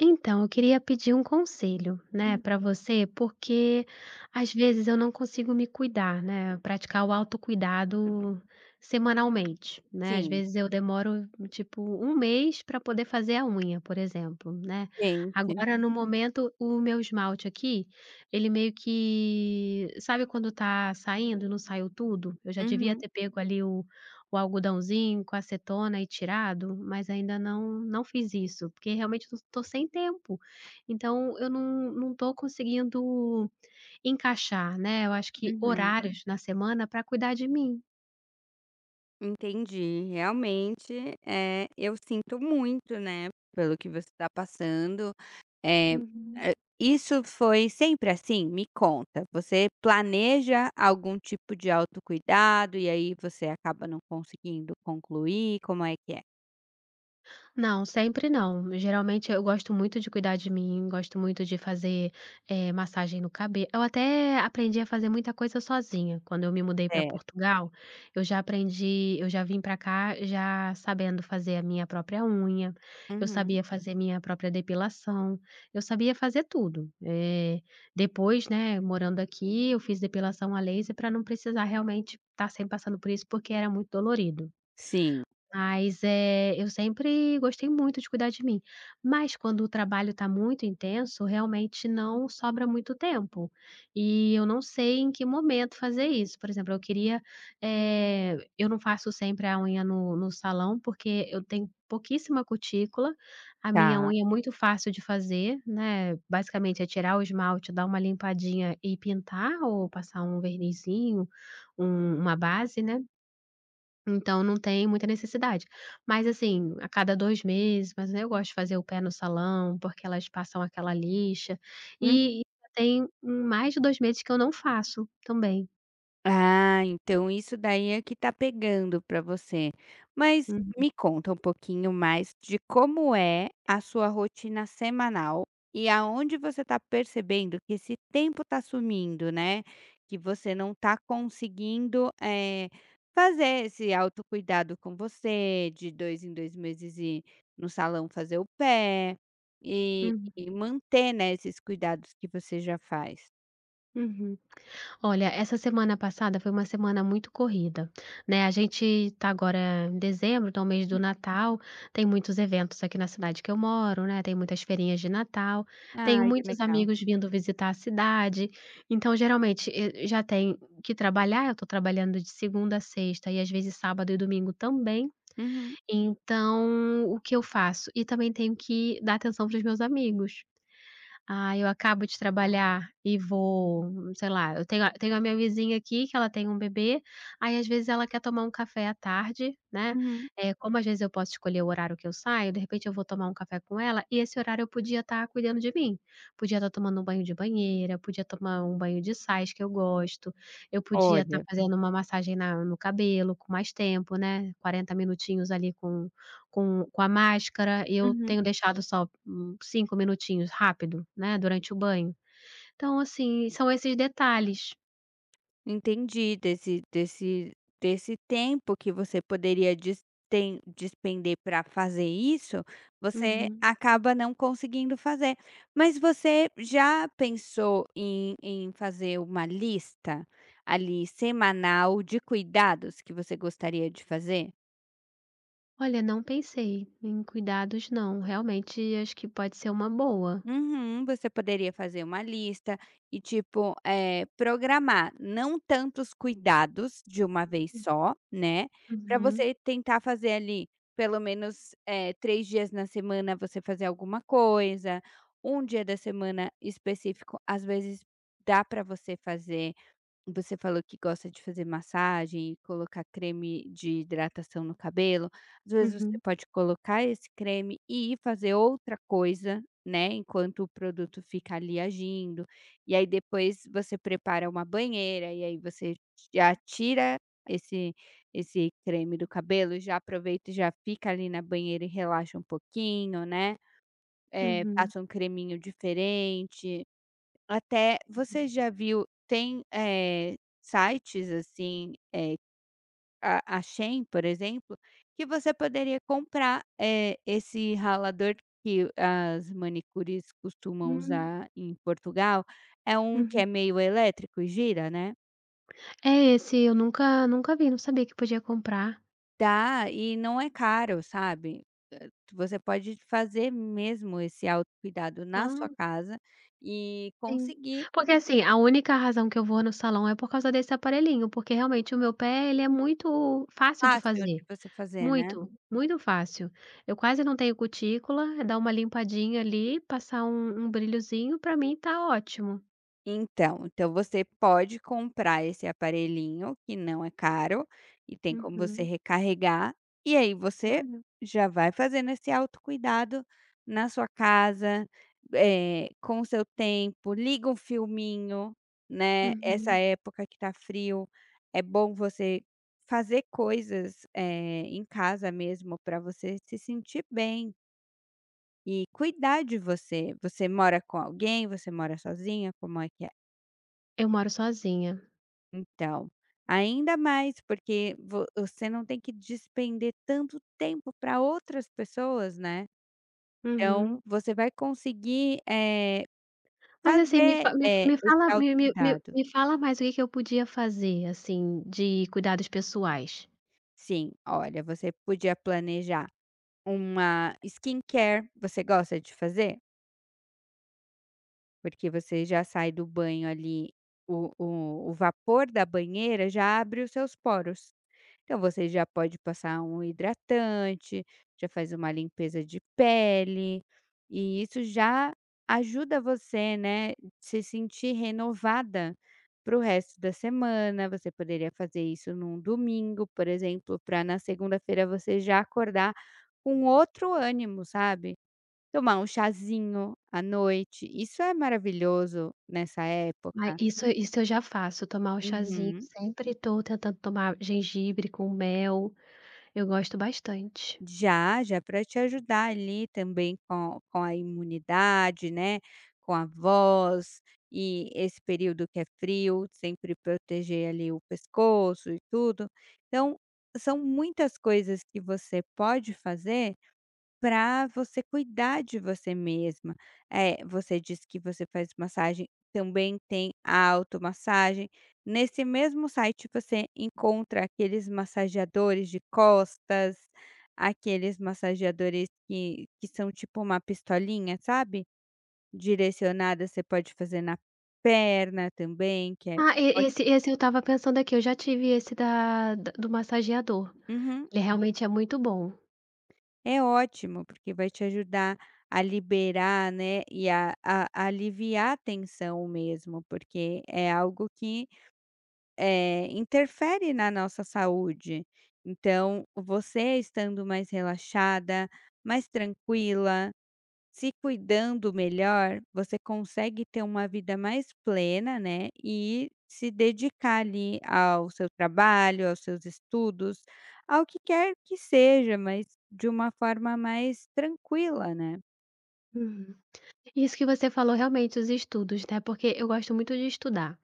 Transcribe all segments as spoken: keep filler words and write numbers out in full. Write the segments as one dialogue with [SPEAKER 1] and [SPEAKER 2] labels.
[SPEAKER 1] Então, eu queria pedir um conselho, né,
[SPEAKER 2] Hum,
[SPEAKER 1] para você, porque às vezes eu não consigo me cuidar, né, praticar o autocuidado semanalmente, né? Às
[SPEAKER 2] sim,
[SPEAKER 1] vezes eu demoro tipo um mês para poder fazer a unha, por exemplo, né?
[SPEAKER 2] quente.
[SPEAKER 1] Agora no momento o meu esmalte aqui, ele meio que, sabe quando tá saindo, e não saiu tudo? Eu já devia
[SPEAKER 2] Uhum,
[SPEAKER 1] ter pego ali o algodãozinho com acetona e tirado, mas ainda não não fiz isso, porque realmente eu tô sem tempo. Então eu não não tô conseguindo encaixar, né, eu acho que Hum.
[SPEAKER 2] uhum.
[SPEAKER 1] horários na semana para cuidar de mim.
[SPEAKER 2] Entendi, realmente, é eu sinto muito, né, pelo que você está passando. é
[SPEAKER 1] Uhum.
[SPEAKER 2] eh, isso foi sempre assim? Me conta, você planeja algum tipo de autocuidado e aí você acaba não conseguindo concluir, como é que é?
[SPEAKER 1] Não, sempre não. Geralmente eu gosto muito de cuidar de mim, gosto muito de fazer, eh, massagem no cabelo. Eu até aprendi a fazer muita coisa sozinha. Quando eu me mudei para
[SPEAKER 2] Certo.
[SPEAKER 1] Portugal, eu já aprendi, eu já vim para cá já sabendo fazer a minha própria unha, eu
[SPEAKER 2] Uhum.
[SPEAKER 1] sabia fazer minha própria depilação, eu sabia fazer tudo. Eh, depois, né, morando aqui, eu fiz depilação a laser para não precisar realmente estar sempre passando por isso, porque era muito dolorido.
[SPEAKER 2] Sim,
[SPEAKER 1] Mas, eh, eu sempre gostei muito de cuidar de mim, mas quando o trabalho está muito intenso, realmente não sobra muito tempo, e eu não sei em que momento fazer isso. Por exemplo, eu queria, eh, eu não faço sempre a unha no no salão, porque eu tenho pouquíssima cutícula, a minha
[SPEAKER 2] tá.
[SPEAKER 1] unha é muito fácil de fazer, né, basicamente é tirar o esmalte, dar uma limpadinha e pintar ou passar um vernizinho, um uma base, né. Então não tem muita necessidade. Mas, assim, a cada dois meses, mas eu gosto de fazer o pé no salão, porque elas passam aquela lixa, e e já tem hum, mais de dois meses que eu não faço também.
[SPEAKER 2] Ah, então isso daí é que tá pegando pra você. Mas
[SPEAKER 1] Uhum,
[SPEAKER 2] me conta um pouquinho mais de como é a sua rotina semanal e aonde você tá percebendo que esse tempo tá sumindo, né? Que você não tá conseguindo, eh, fazer esse autocuidado com você, de dois em dois meses ir no salão fazer o pé e
[SPEAKER 1] uhum,
[SPEAKER 2] e manter, né, esses cuidados que você já faz.
[SPEAKER 1] uhum. Olha, essa semana passada foi uma semana muito corrida, né, a gente está agora em dezembro, então mês do Natal, tem muitos eventos aqui na cidade que eu moro, né, tem muitas feirinhas de Natal, tenho
[SPEAKER 2] Ai, que
[SPEAKER 1] muitos
[SPEAKER 2] legal.
[SPEAKER 1] amigos vindo visitar a cidade, então geralmente e já tem que trabalhar, eu estou trabalhando de segunda a sexta e às vezes sábado e domingo também,
[SPEAKER 2] Uhum,
[SPEAKER 1] então o que eu faço? E também tenho que dar atenção para os meus amigos. Ah, eu acabo de trabalhar e vou, sei lá, eu tenho a tenho a minha vizinha aqui que ela tem um bebê, aí às vezes ela quer tomar um café à tarde, né,
[SPEAKER 2] uhum.
[SPEAKER 1] eh, como às vezes eu posso escolher o horário que eu saio, de repente eu vou tomar um café com ela e esse horário eu podia estar cuidando de mim, podia estar tomando um banho de banheira, podia tomar um banho de sais que eu gosto, eu podia estar
[SPEAKER 2] Olha,
[SPEAKER 1] fazendo uma massagem na no cabelo com mais tempo, né, Quarenta minutinhos ali com com com a máscara, eu
[SPEAKER 2] uhum,
[SPEAKER 1] tenho deixado só, hum, cinco minutinhos rápido, né, durante o banho. Então, assim, são esses detalhes.
[SPEAKER 2] entendi desse desse desse tempo que você poderia dis tem despender para fazer isso, você
[SPEAKER 1] Uhum.
[SPEAKER 2] acaba não conseguindo fazer. Mas você já pensou em em fazer uma lista, ali, semanal de cuidados que você gostaria de fazer?
[SPEAKER 1] Olha, não pensei em cuidados não, realmente acho que pode ser uma boa.
[SPEAKER 2] Uhum, você poderia fazer uma lista e, tipo, eh, programar não tantos cuidados de uma vez só, né. Para
[SPEAKER 1] Uhum,
[SPEAKER 2] você tentar fazer ali pelo menos, eh, três dias na semana, você fazer alguma coisa, um dia da semana específico, às vezes dá para você fazer. Você falou que gosta de fazer massagem e colocar creme de hidratação no cabelo. Às vezes você
[SPEAKER 1] uhum,
[SPEAKER 2] pode colocar esse creme e ir fazer outra coisa, né, enquanto o produto fica ali agindo. E aí depois você prepara uma banheira e aí você já tira esse esse creme do cabelo, já aproveita e já fica ali na banheira e relaxa um pouquinho, né. Eh,
[SPEAKER 1] uhum.
[SPEAKER 2] passa um creminho diferente. Até você já viu, tem, eh, sites assim, a a Shein, por exemplo, que você poderia comprar, eh, esse ralador que as manicures costumam
[SPEAKER 1] Hum,
[SPEAKER 2] usar em Portugal. É um que
[SPEAKER 1] uhum.
[SPEAKER 2] é meio elétrico e gira, né.
[SPEAKER 1] É esse, eu nunca nunca vi, não sabia que podia comprar.
[SPEAKER 2] Dá, e não é caro, sabe. Eh, você pode fazer mesmo esse autocuidado na sua
[SPEAKER 1] Ah,
[SPEAKER 2] casa e
[SPEAKER 1] sim.
[SPEAKER 2] conseguir.
[SPEAKER 1] Porque, assim, a única razão que eu vou no salão é por causa desse aparelhinho, porque realmente o meu pé ele é muito fácil de
[SPEAKER 2] Fácil de
[SPEAKER 1] fazer.
[SPEAKER 2] você fazer, né.
[SPEAKER 1] Muito, muito fácil. Eu quase não tenho cutícula, é dar uma limpadinha ali, passar um um brilhozinho, pra mim tá ótimo.
[SPEAKER 2] Então, então você pode comprar esse aparelhinho que não é caro e tem como você
[SPEAKER 1] Uhum.
[SPEAKER 2] recarregar, e aí você
[SPEAKER 1] Olha.
[SPEAKER 2] já vai fazendo esse autocuidado na sua casa, eh, com o seu tempo, liga um filminho, né, essa
[SPEAKER 1] Uhum.
[SPEAKER 2] época que tá frio, é bom você fazer coisas, eh, em casa mesmo, para você se sentir bem e cuidar de você. Você mora com alguém? Você mora sozinha? Como é que é?
[SPEAKER 1] Eu moro sozinha.
[SPEAKER 2] Então, ainda mais porque vo você não tem que despender tanto tempo para outras pessoas, né. Então,
[SPEAKER 1] Uhum.
[SPEAKER 2] você vai conseguir, eh,
[SPEAKER 1] Mas assim, me
[SPEAKER 2] fazer,
[SPEAKER 1] fa me
[SPEAKER 2] eh,
[SPEAKER 1] me
[SPEAKER 2] esse
[SPEAKER 1] fala me me me
[SPEAKER 2] autocuidado.
[SPEAKER 1] me fala mais o que que eu podia fazer, assim, de cuidados pessoais.
[SPEAKER 2] Sim, olha, você podia planejar uma skincare, você gosta de fazer? Porque você já sai do banho ali, o o o vapor da banheira já abre os seus poros. Então você já pode passar um hidratante, já faz uma limpeza de pele, e isso já ajuda você, né, se sentir renovada para o resto da semana. Você poderia fazer isso num domingo, por exemplo, para na segunda-feira você já acordar com outro ânimo, sabe? Tomar um chazinho à noite, isso é maravilhoso nessa
[SPEAKER 1] Mas
[SPEAKER 2] época.
[SPEAKER 1] isso isso eu já faço, tomar o chazinho,
[SPEAKER 2] Uhum.
[SPEAKER 1] sempre estou tentando tomar gengibre com mel, eu gosto bastante.
[SPEAKER 2] Já, já para te ajudar ali também com com a imunidade, né, com a voz e esse período que é frio, sempre proteger ali o pescoço e tudo. Então, são muitas coisas que você pode fazer para você cuidar de você mesma. Eh, você disse que você faz massagem, também tem a automassagem. Nesse mesmo site você encontra aqueles massageadores de costas, aqueles massageadores que que são tipo uma pistolinha, sabe, direcionada, você pode fazer na perna também, que é
[SPEAKER 1] Ah, e
[SPEAKER 2] óti
[SPEAKER 1] esse esse eu estava pensando aqui, eu já tive esse da da do massageador,
[SPEAKER 2] uhum.
[SPEAKER 1] ele realmente é muito bom.
[SPEAKER 2] É ótimo, porque vai te ajudar a liberar, né, e a a a aliviar a tensão mesmo, porque é algo que, eh, interfere na nossa saúde. Então, você estando mais relaxada, mais tranquila, se cuidando melhor, você consegue ter uma vida mais plena, né, e se dedicar ali ao seu trabalho, aos seus estudos, ao que quer que seja, mas de uma forma mais tranquila, né.
[SPEAKER 1] Uhum. Isso que você falou realmente, os estudos, né, porque eu gosto muito de estudar.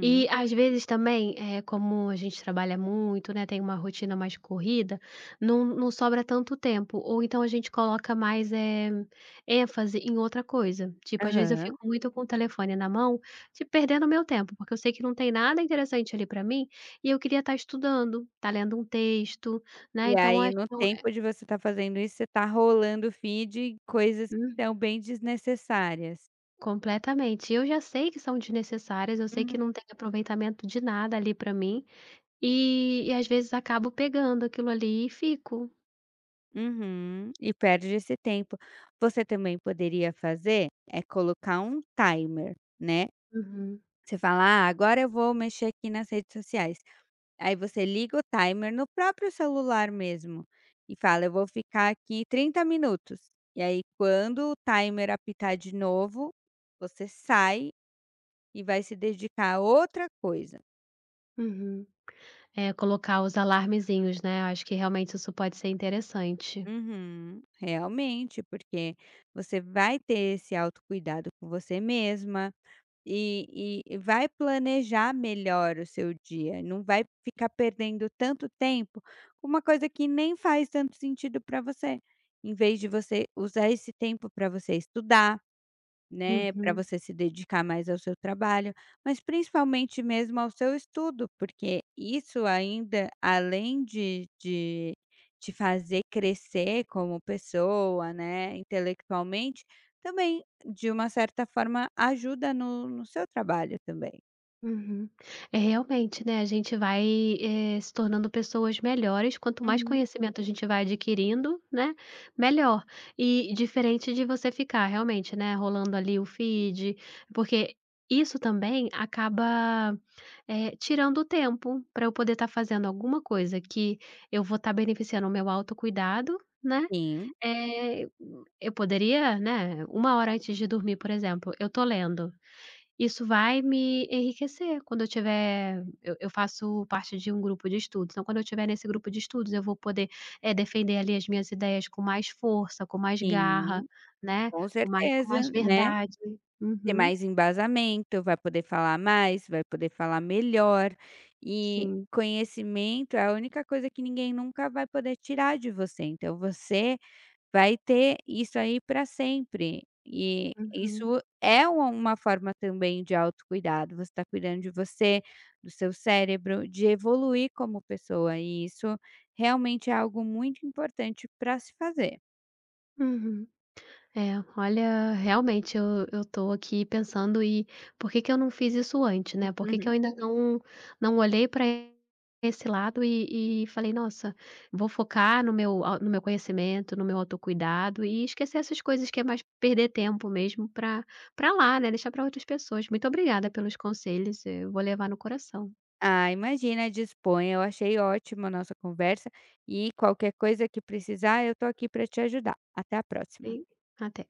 [SPEAKER 1] E às vezes também, é como a gente trabalha muito, né, tem uma rotina mais corrida, não não sobra tanto tempo, ou então a gente coloca mais, eh, ênfase em outra coisa. Tipo, às vezes eu
[SPEAKER 2] Aham.
[SPEAKER 1] fico muito com o telefone na mão, tipo, perdendo o meu tempo, porque eu sei que não tem nada interessante ali para mim, e eu queria estar estudando, estar lendo um texto, né,
[SPEAKER 2] E
[SPEAKER 1] então
[SPEAKER 2] aí
[SPEAKER 1] acho.
[SPEAKER 2] no tempo de você estar fazendo isso, você está rolando o feed, e coisas que
[SPEAKER 1] Hum,
[SPEAKER 2] são bem desnecessárias.
[SPEAKER 1] completamente. Eu já sei que são desnecessárias, eu sei que
[SPEAKER 2] Uhum.
[SPEAKER 1] não tem aproveitamento de nada ali para mim. E e às vezes acabo pegando aquilo ali e fico.
[SPEAKER 2] Uhum. E perde esse tempo. Você também poderia fazer, é colocar um timer, né.
[SPEAKER 1] Uhum,
[SPEAKER 2] Você fala: "Ah, agora eu vou mexer aqui nas redes sociais". Aí você liga o timer no próprio celular mesmo e fala: "Eu vou ficar aqui trinta minutos". E aí quando o timer apitar de novo, você sai e vai se dedicar a outra coisa.
[SPEAKER 1] uhum. É, colocar os alarmezinhos, né, acho que realmente isso pode ser interessante.
[SPEAKER 2] Uhum, realmente, porque você vai ter esse autocuidado com você mesma. E e vai planejar melhor o seu dia, não vai ficar perdendo tanto tempo com uma coisa que nem faz tanto sentido para você, em vez de você usar esse tempo para você estudar, né, para
[SPEAKER 1] Uhum.
[SPEAKER 2] você se dedicar mais ao seu trabalho, mas principalmente mesmo ao seu estudo, porque isso, ainda além de de te fazer crescer como pessoa, né, intelectualmente, também de uma certa forma ajuda no no seu trabalho também.
[SPEAKER 1] Uhum. É, realmente, né, a gente vai, eh, se tornando pessoas melhores, quanto mais
[SPEAKER 2] Uhum.
[SPEAKER 1] conhecimento a gente vai adquirindo, né, melhor. E diferente de você ficar realmente, né, rolando ali o feed, porque isso também acaba, eh, tirando o tempo para eu poder estar fazendo alguma coisa que eu vou estar beneficiando o meu autocuidado, né.
[SPEAKER 2] Sim,
[SPEAKER 1] Eh, eu poderia, né, Uma hora antes de dormir, por exemplo, eu tô lendo. Isso vai me enriquecer quando eu tiver, eu eu faço parte de um grupo de estudos, então quando eu tiver nesse grupo de estudos eu vou poder, eh, defender ali as minhas ideias com mais força, com mais
[SPEAKER 2] sim,
[SPEAKER 1] garra, né,
[SPEAKER 2] com
[SPEAKER 1] com mais com
[SPEAKER 2] certeza,
[SPEAKER 1] mais
[SPEAKER 2] né.
[SPEAKER 1] verdade.
[SPEAKER 2] Ter
[SPEAKER 1] Uhum,
[SPEAKER 2] mais embasamento, vai poder falar mais, vai poder falar melhor, e
[SPEAKER 1] sim.
[SPEAKER 2] conhecimento é a única coisa que ninguém nunca vai poder tirar de você, então você vai ter isso aí para sempre, e
[SPEAKER 1] Uhum,
[SPEAKER 2] isso é uma uma forma também de autocuidado, você está cuidando de você, do seu cérebro, de evoluir como pessoa, e isso realmente é algo muito importante para se fazer.
[SPEAKER 1] uhum. É, olha, realmente eu eu tô aqui pensando e por que que eu não fiz isso antes, né? Por que que eu ainda não não olhei para esse lado e e falei: "Nossa, vou focar no meu au no meu conhecimento, no meu autocuidado e esquecer essas coisas que é mais perder tempo mesmo, para para lá, né, deixar para outras pessoas". Muito obrigada pelos conselhos, eu vou levar no coração
[SPEAKER 2] Ah, imagina, disponha. Eu achei ótima a nossa conversa e qualquer coisa que precisar, eu tô aqui para te ajudar. Até a próxima.
[SPEAKER 1] e até.